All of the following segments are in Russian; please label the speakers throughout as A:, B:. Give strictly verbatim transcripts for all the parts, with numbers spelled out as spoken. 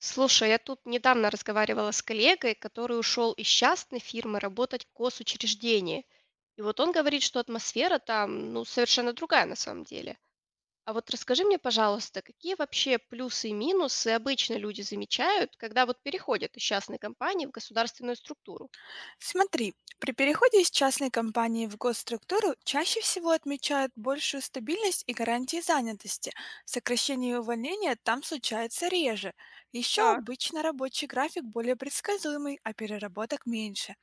A: Слушай, я тут недавно разговаривала с коллегой, который ушел из частной фирмы работать в госучреждение. И вот он говорит, что атмосфера там, ну, совершенно другая на самом деле. А вот расскажи мне, пожалуйста, какие вообще плюсы и минусы обычно люди замечают, когда вот переходят из частной компании в государственную структуру?
B: Смотри, при переходе из частной компании в госструктуру чаще всего отмечают большую стабильность и гарантии занятости. Сокращение и увольнение там случается реже. Еще
A: Так,
B: обычно рабочий график более предсказуемый, а переработок меньше.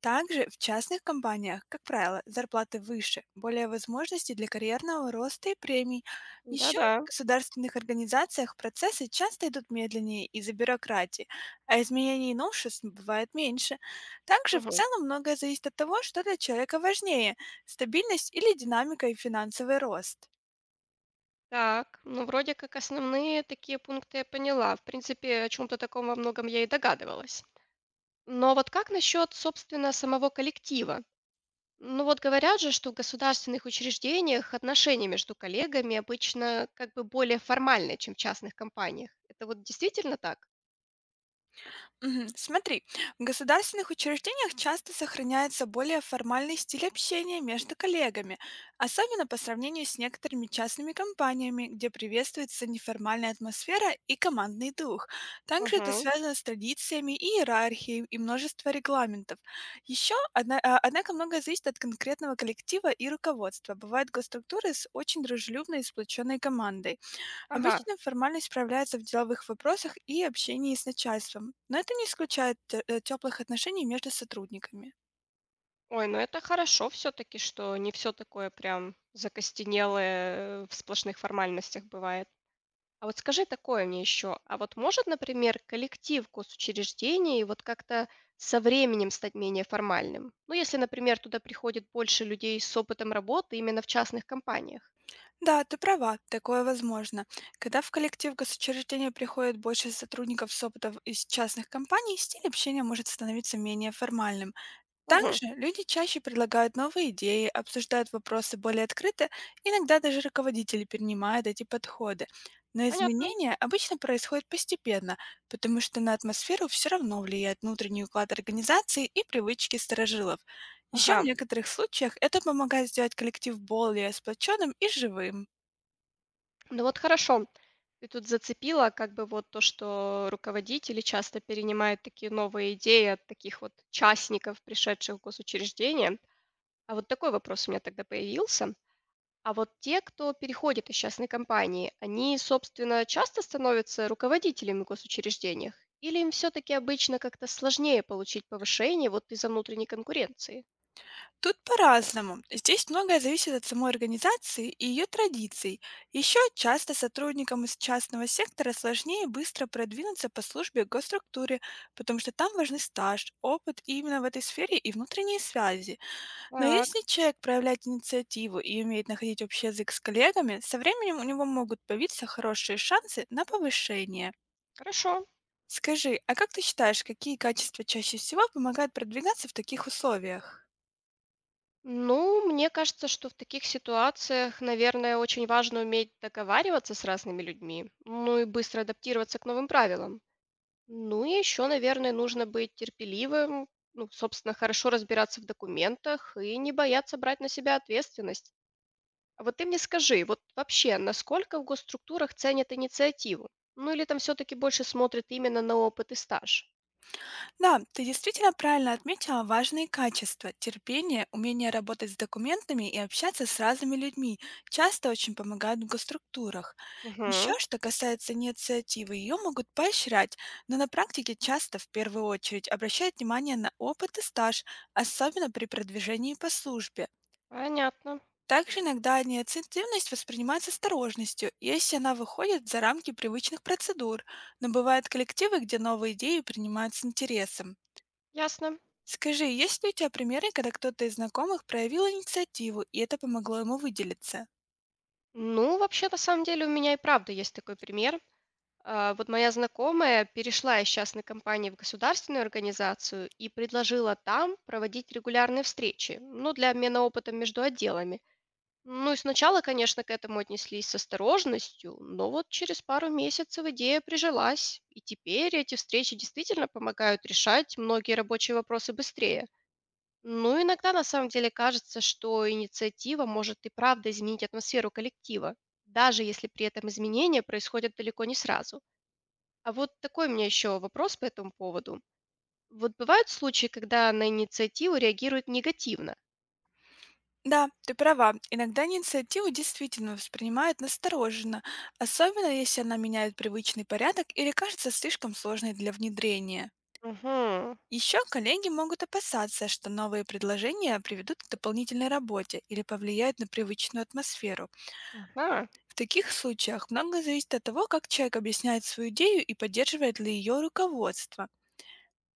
B: Также в частных компаниях, как правило, зарплаты выше, более возможностей для карьерного роста и премий. Еще
A: да-да.
B: в государственных организациях процессы часто идут медленнее из-за бюрократии, а изменений и новшеств бывает меньше. Также в
A: Мгм.
B: целом многое зависит от того, что для человека важнее– стабильность или динамика и финансовый рост.
A: Так, ну вроде как основные такие пункты я поняла. В принципе, о чем-то таком во многом я и догадывалась. Но вот как насчет, собственно, самого коллектива? Ну вот говорят же, что в государственных учреждениях отношения между коллегами обычно как бы более формальные, чем в частных компаниях. Это вот действительно так?
B: Мгм. Смотри, в государственных учреждениях часто сохраняется более формальный стиль общения между коллегами, особенно по сравнению с некоторыми частными компаниями, где приветствуется неформальная атмосфера и командный дух. Также это
A: Мгм.
B: связано с традициями и иерархией и множество регламентов. Еще, однако, многое зависит от конкретного коллектива и руководства. Бывают госструктуры с очень дружелюбной и сплоченной командой.
A: Ага.
B: Обычно формальность проявляется в деловых вопросах и общении с начальством, но это не исключает теплых отношений между сотрудниками.
A: Ой, ну это хорошо все-таки, что не все такое прям закостенелое в сплошных формальностях бывает. А вот скажи такое мне еще. А вот может, например, коллектив госучреждений вот как-то со временем стать менее формальным? Ну, если, например, туда приходит больше людей с опытом работы именно в частных компаниях.
B: Да, ты права, такое возможно. Когда в коллектив госучреждения приходит больше сотрудников с опытом из частных компаний, стиль общения может становиться менее формальным.
A: Мгм.
B: Также люди чаще предлагают новые идеи, обсуждают вопросы более открыто, иногда даже руководители перенимают эти подходы. Но
A: Понятно.
B: изменения обычно происходят постепенно, потому что на атмосферу все равно влияет внутренний уклад организации и привычки сторожилов. Еще в
A: Ага.
B: некоторых случаях это помогает сделать коллектив более сплоченным и живым.
A: Ну вот хорошо. Ты тут зацепила как бы вот то, что руководители часто перенимают такие новые идеи от таких вот частников, пришедших в госучреждения. А вот такой вопрос у меня тогда появился. А вот те, кто переходит из частной компании, они, собственно, часто становятся руководителями в госучреждениях? Или им все-таки обычно как-то сложнее получить повышение вот из-за внутренней конкуренции?
B: Тут по-разному. Здесь многое зависит от самой организации и ее традиций. Еще часто сотрудникам из частного сектора сложнее быстро продвинуться по службе к госструктуре, потому что там важны стаж, опыт именно в этой сфере и внутренние связи. Но
A: Так,
B: если человек проявляет инициативу и умеет находить общий язык с коллегами, со временем у него могут появиться хорошие шансы на повышение.
A: хорошо.
B: Скажи, а как ты считаешь, какие качества чаще всего помогают продвигаться в таких условиях?
A: Ну, мне кажется, что в таких ситуациях, наверное, очень важно уметь договариваться с разными людьми, ну и быстро адаптироваться к новым правилам. Ну и еще, наверное, нужно быть терпеливым, ну, собственно, хорошо разбираться в документах и не бояться брать на себя ответственность. А вот ты мне скажи, вот вообще, насколько в госструктурах ценят инициативу? Ну или там все-таки больше смотрят именно на опыт и стаж?
B: Да, ты действительно правильно отметила важные качества. Терпение, умение работать с документами и общаться с разными людьми часто очень помогают в госструктурах.
A: Угу,
B: Еще что касается инициативы, ее могут поощрять, но на практике часто в первую очередь обращают внимание на опыт и стаж, особенно при продвижении по службе.
A: понятно,
B: Также иногда инициативность воспринимается с осторожностью, если она выходит за рамки привычных процедур, но бывают коллективы, где новые идеи принимают с интересом.
A: ясно.
B: Скажи, есть ли у тебя примеры, когда кто-то из знакомых проявил инициативу, и это помогло ему выделиться?
A: Ну, вообще, на самом деле, у меня и правда есть такой пример. А, вот моя знакомая перешла из частной компании в государственную организацию и предложила там проводить регулярные встречи, ну, для обмена опытом между отделами. Ну и сначала, конечно, к этому отнеслись с осторожностью, но вот через пару месяцев идея прижилась, и теперь эти встречи действительно помогают решать многие рабочие вопросы быстрее. Ну, иногда на самом деле кажется, что инициатива может и правда изменить атмосферу коллектива, даже если при этом изменения происходят далеко не сразу. А вот такой у меня еще вопрос по этому поводу. Вот бывают случаи, когда на инициативу реагируют негативно?
B: Да, ты права. Иногда инициативу действительно воспринимают настороженно, особенно если она меняет привычный порядок или кажется слишком сложной для внедрения.
A: Угу.
B: Еще коллеги могут опасаться, что новые предложения приведут к дополнительной работе или повлияют на привычную атмосферу.
A: Ага,
B: В таких случаях многое зависит от того, как человек объясняет свою идею и поддерживает ли ее руководство.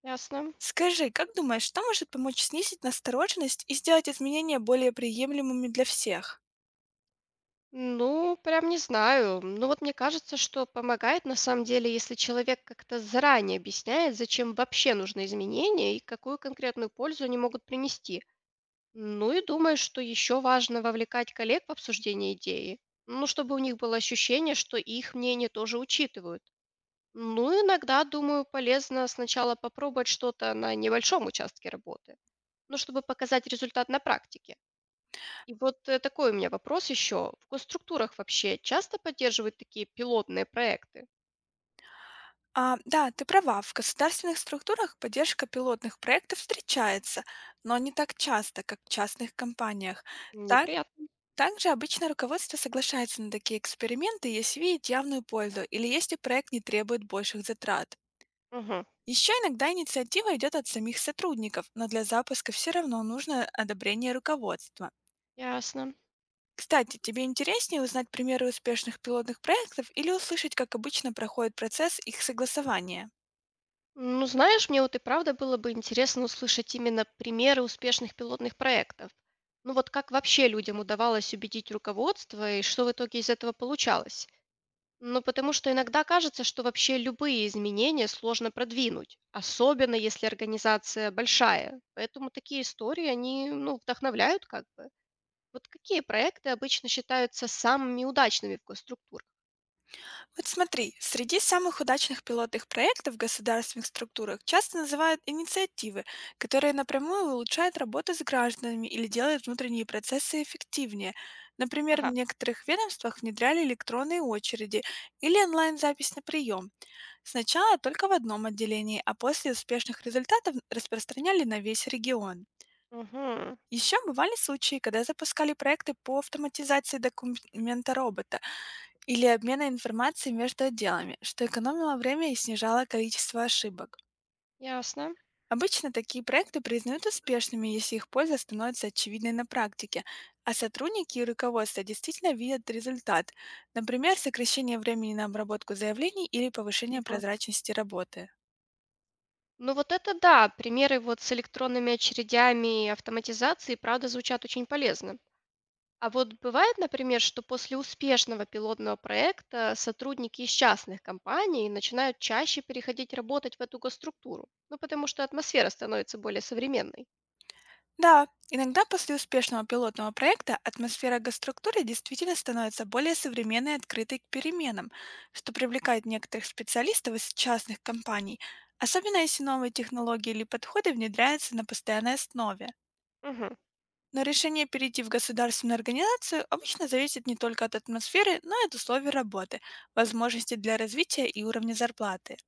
A: ясно.
B: Скажи, как думаешь, что может помочь снизить настороженность и сделать изменения более приемлемыми для всех?
A: Ну, прям не знаю. Ну вот мне кажется, что помогает на самом деле, если человек как-то заранее объясняет, зачем вообще нужны изменения и какую конкретную пользу они могут принести. Ну и думаю, что еще важно вовлекать коллег в обсуждение идеи. Ну, чтобы у них было ощущение, что их мнение тоже учитывают. Ну, иногда, думаю, полезно сначала попробовать что-то на небольшом участке работы, ну, чтобы показать результат на практике. И вот э, такой у меня вопрос еще. В госструктурах вообще часто поддерживают такие пилотные проекты?
B: А, да, ты права, в государственных структурах поддержка пилотных проектов встречается, но не так часто, как в частных компаниях. Так,
A: Неприятно.
B: также обычно руководство соглашается на такие эксперименты, если видит явную пользу или если проект не требует больших затрат.
A: Угу,
B: Еще иногда инициатива идет от самих сотрудников, но для запуска все равно нужно одобрение руководства.
A: ясно.
B: Кстати, тебе интереснее узнать примеры успешных пилотных проектов или услышать, как обычно проходит процесс их согласования?
A: Ну, знаешь, мне вот и правда было бы интересно услышать именно примеры успешных пилотных проектов. Ну вот как вообще людям удавалось убедить руководство и что в итоге из этого получалось? Ну, потому что иногда кажется, что вообще любые изменения сложно продвинуть, особенно если организация большая. Поэтому такие истории, они, ну, вдохновляют как бы. Вот какие проекты обычно считаются самыми удачными в госструктурах?
B: Вот смотри, среди самых удачных пилотных проектов в государственных структурах часто называют инициативы, которые напрямую улучшают работу с гражданами или делают внутренние процессы эффективнее. Например, в
A: Ага.
B: некоторых ведомствах внедряли электронные очереди или онлайн-запись на прием. Сначала только в одном отделении, а после успешных результатов распространяли на весь регион.
A: Угу,
B: Еще бывали случаи, когда запускали проекты по автоматизации документа робота или обмена информацией между отделами, что экономило время и снижало количество ошибок.
A: ясно.
B: Обычно такие проекты признают успешными, если их польза становится очевидной на практике, а сотрудники и руководство действительно видят результат, например, сокращение времени на обработку заявлений или повышение
A: Мгм.
B: прозрачности работы.
A: Ну вот это да, примеры вот с электронными очередями и автоматизацией, правда, звучат очень полезно. А вот бывает, например, что после успешного пилотного проекта сотрудники из частных компаний начинают чаще переходить работать в эту госструктуру, ну потому что атмосфера становится более современной.
B: Да, иногда после успешного пилотного проекта атмосфера госструктуры действительно становится более современной и открытой к переменам, что привлекает некоторых специалистов из частных компаний, особенно если новые технологии или подходы внедряются на постоянной основе.
A: Мгм.
B: Но решение перейти в государственную организацию обычно зависит не только от атмосферы, но и от условий работы, возможностей для развития и уровня зарплаты.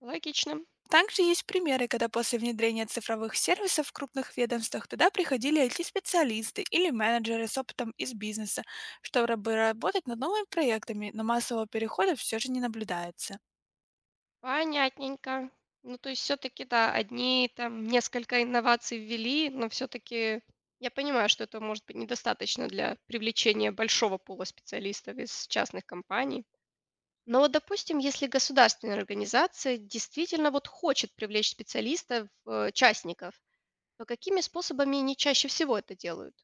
A: Логично.
B: Также есть примеры, когда после внедрения цифровых сервисов в крупных ведомствах туда приходили I T-специалисты или менеджеры с опытом из бизнеса, чтобы работать над новыми проектами, но массового перехода все же не наблюдается.
A: Понятненько. Ну, то есть все-таки, да, одни там несколько инноваций ввели, но все-таки я понимаю, что это может быть недостаточно для привлечения большого пула специалистов из частных компаний. Но вот, допустим, если государственная организация действительно вот хочет привлечь специалистов, э, частников, то какими способами они чаще всего это делают?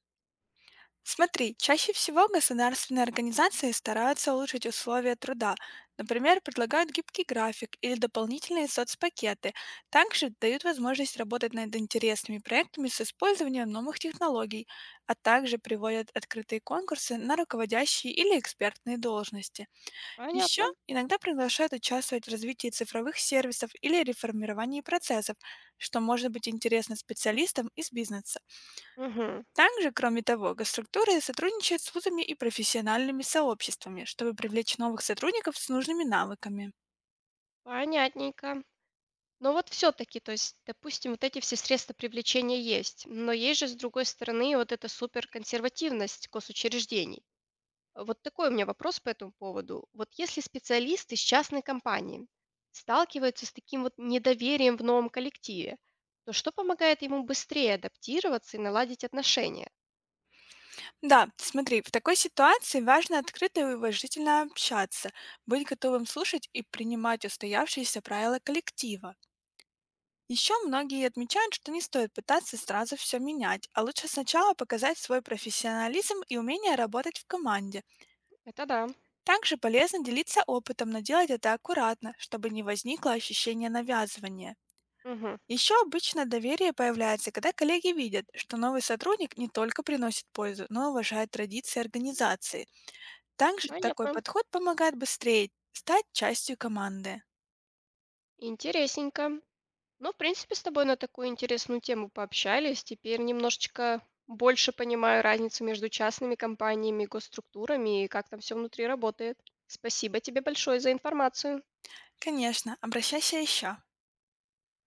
B: Смотри, чаще всего государственные организации стараются улучшить условия труда. Например, предлагают гибкий график или дополнительные соцпакеты. Также дают возможность работать над интересными проектами с использованием новых технологий, а также приводят открытые конкурсы на руководящие или экспертные должности. Еще
A: Понятно.
B: иногда приглашают участвовать в развитии цифровых сервисов или реформировании процессов, что может быть интересно специалистам из бизнеса.
A: Мгм.
B: Также, кроме того, госструктуры сотрудничают с вузами и профессиональными сообществами, чтобы привлечь новых сотрудников с нужными навыками.
A: Понятненько. Но вот все-таки, то есть, допустим, вот эти все средства привлечения есть, но есть же, с другой стороны, вот эта суперконсервативность госучреждений. Вот такой у меня вопрос по этому поводу. Вот если специалист из частной компании сталкивается с таким вот недоверием в новом коллективе, то что помогает ему быстрее адаптироваться и наладить отношения?
B: Да, смотри, в такой ситуации важно открыто и уважительно общаться, быть готовым слушать и принимать устоявшиеся правила коллектива. Еще многие отмечают, что не стоит пытаться сразу все менять, а лучше сначала показать свой профессионализм и умение работать в команде.
A: Это да.
B: Также полезно делиться опытом, но делать это аккуратно, чтобы не возникло ощущение навязывания.
A: Мгм.
B: Еще обычно доверие появляется, когда коллеги видят, что новый сотрудник не только приносит пользу, но и уважает традиции организации. Также такой
A: Понятно.
B: подход помогает быстрее стать частью команды.
A: Интересненько. Ну, в принципе, с тобой на такую интересную тему пообщались. Теперь немножечко больше понимаю разницу между частными компаниями, госструктурами и как там все внутри работает. Спасибо тебе большое за информацию.
B: Конечно, обращайся еще.